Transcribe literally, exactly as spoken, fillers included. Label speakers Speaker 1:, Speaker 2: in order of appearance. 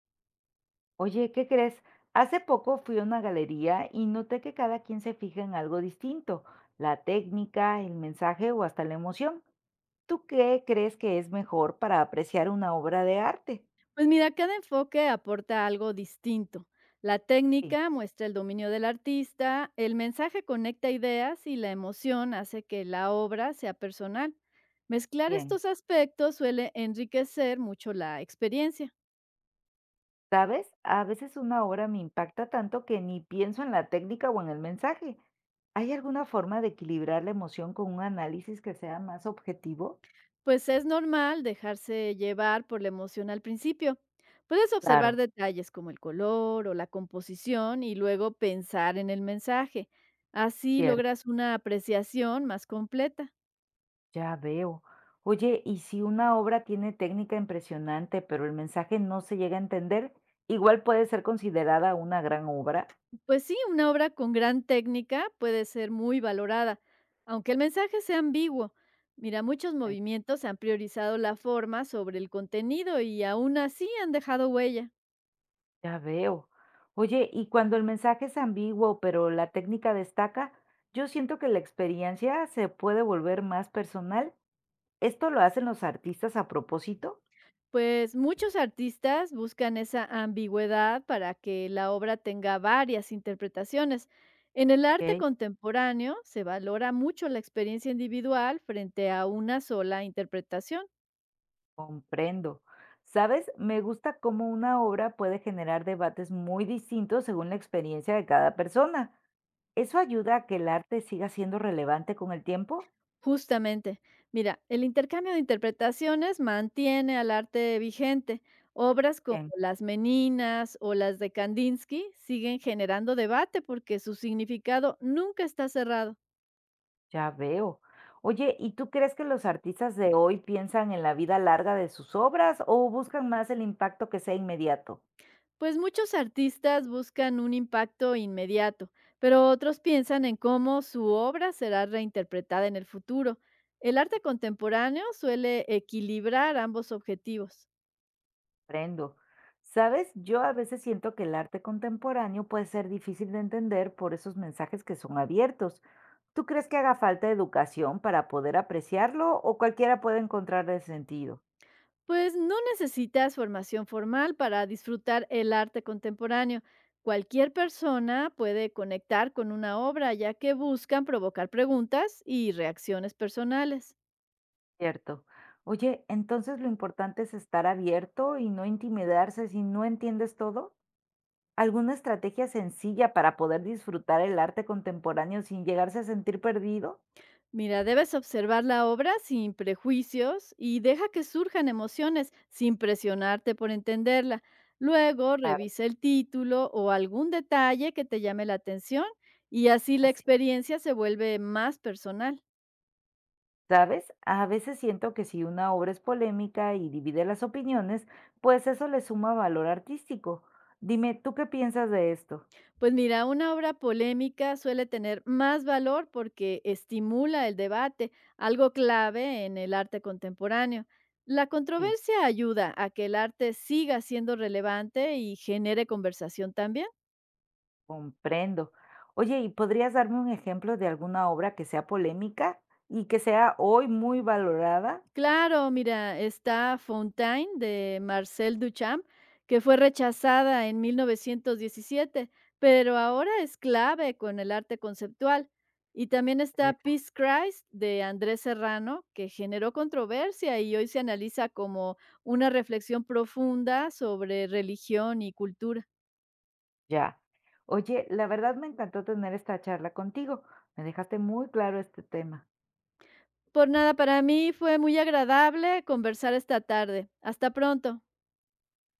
Speaker 1: Oye, ¿qué crees? Hace poco fui a una galería y noté que cada quien se fija en algo distinto, la técnica, el mensaje o hasta la emoción. ¿Tú qué crees que es mejor para apreciar una obra de arte?
Speaker 2: Pues mira, cada enfoque aporta algo distinto. La
Speaker 1: Sí,
Speaker 2: técnica muestra el dominio del artista, el mensaje conecta ideas y la emoción hace que la obra sea personal. Mezclar
Speaker 1: bien.
Speaker 2: estos aspectos suele enriquecer mucho la experiencia,
Speaker 1: ¿Sabes? A veces una obra me impacta tanto que ni pienso en la técnica o en el mensaje. ¿Hay alguna forma de equilibrar la emoción con un análisis que sea más objetivo?
Speaker 2: pues es normal dejarse llevar por la emoción al principio. Puedes observar
Speaker 1: Claro,
Speaker 2: detalles como el color o la composición y luego pensar en el mensaje. Así
Speaker 1: cierto.
Speaker 2: logras una apreciación más completa.
Speaker 1: Ya veo. Oye, ¿y si una obra tiene técnica impresionante, pero el mensaje no se llega a entender, igual puede ser considerada una gran obra?
Speaker 2: Pues sí, una obra con gran técnica puede ser muy valorada, aunque el mensaje sea ambiguo. Mira, muchos movimientos han priorizado la forma sobre el contenido y aún así han dejado huella.
Speaker 1: Ya veo. Oye, ¿y cuando el mensaje es ambiguo, pero la técnica destaca, yo siento que la experiencia se puede volver más personal? ¿Esto lo hacen los artistas a propósito?
Speaker 2: Pues muchos artistas buscan esa ambigüedad para que la obra tenga varias interpretaciones. En el arte
Speaker 1: Ok,
Speaker 2: contemporáneo se valora mucho la experiencia individual frente a una sola interpretación.
Speaker 1: comprendo. ¿Sabes? Me gusta cómo una obra puede generar debates muy distintos según la experiencia de cada persona. ¿Eso ayuda a que el arte siga siendo relevante con el tiempo?
Speaker 2: Justamente. Mira, el intercambio de interpretaciones mantiene al arte vigente. Obras como
Speaker 1: Bien,
Speaker 2: Las Meninas o las de Kandinsky siguen generando debate porque su significado nunca está cerrado.
Speaker 1: ya veo. Oye, ¿y tú crees que los artistas de hoy piensan en la vida larga de sus obras o buscan más el impacto que sea inmediato?
Speaker 2: Pues muchos artistas buscan un impacto inmediato, pero otros piensan en cómo su obra será reinterpretada en el futuro. El arte contemporáneo suele equilibrar ambos objetivos.
Speaker 1: Prendo. Sabes, yo a veces siento que el arte contemporáneo puede ser difícil de entender por esos mensajes que son abiertos. ¿Tú crees que haga falta educación para poder apreciarlo o cualquiera puede encontrarle sentido?
Speaker 2: Pues no necesitas formación formal para disfrutar el arte contemporáneo. Cualquier persona puede conectar con una obra ya que buscan provocar preguntas y reacciones personales.
Speaker 1: Cierto. Oye, entonces lo importante es estar abierto y no intimidarse si no entiendes todo. ¿Alguna estrategia sencilla para poder disfrutar el arte contemporáneo sin llegarse a sentir perdido?
Speaker 2: Mira, debes observar la obra sin prejuicios y deja que surjan emociones sin presionarte por entenderla. Luego
Speaker 1: Claro,
Speaker 2: revisa el título o algún detalle que te llame la atención, y así la
Speaker 1: así.
Speaker 2: experiencia se vuelve más personal.
Speaker 1: ¿Sabes? A veces siento que si una obra es polémica y divide las opiniones, pues eso le suma valor artístico. Dime, ¿tú qué piensas de esto?
Speaker 2: Pues mira, una obra polémica suele tener más valor porque estimula el debate, algo clave en el arte contemporáneo. La
Speaker 1: Sí,
Speaker 2: controversia ayuda a que el arte siga siendo relevante y genere conversación también.
Speaker 1: comprendo. Oye, ¿y podrías darme un ejemplo de alguna obra que sea polémica y que sea hoy muy valorada?
Speaker 2: Claro, mira, está Fontaine de Marcel Duchamp, que fue rechazada en mil novecientos diecisiete, pero ahora es clave con el arte conceptual. Y también está
Speaker 1: Interes-
Speaker 2: Peace Christ de Andrés Serrano, que generó controversia y hoy se analiza como una reflexión profunda sobre religión y cultura.
Speaker 1: Ya. Oye, la verdad me encantó tener esta charla contigo. Me dejaste muy claro este tema.
Speaker 2: Por nada, para mí fue muy agradable conversar esta tarde. Hasta pronto.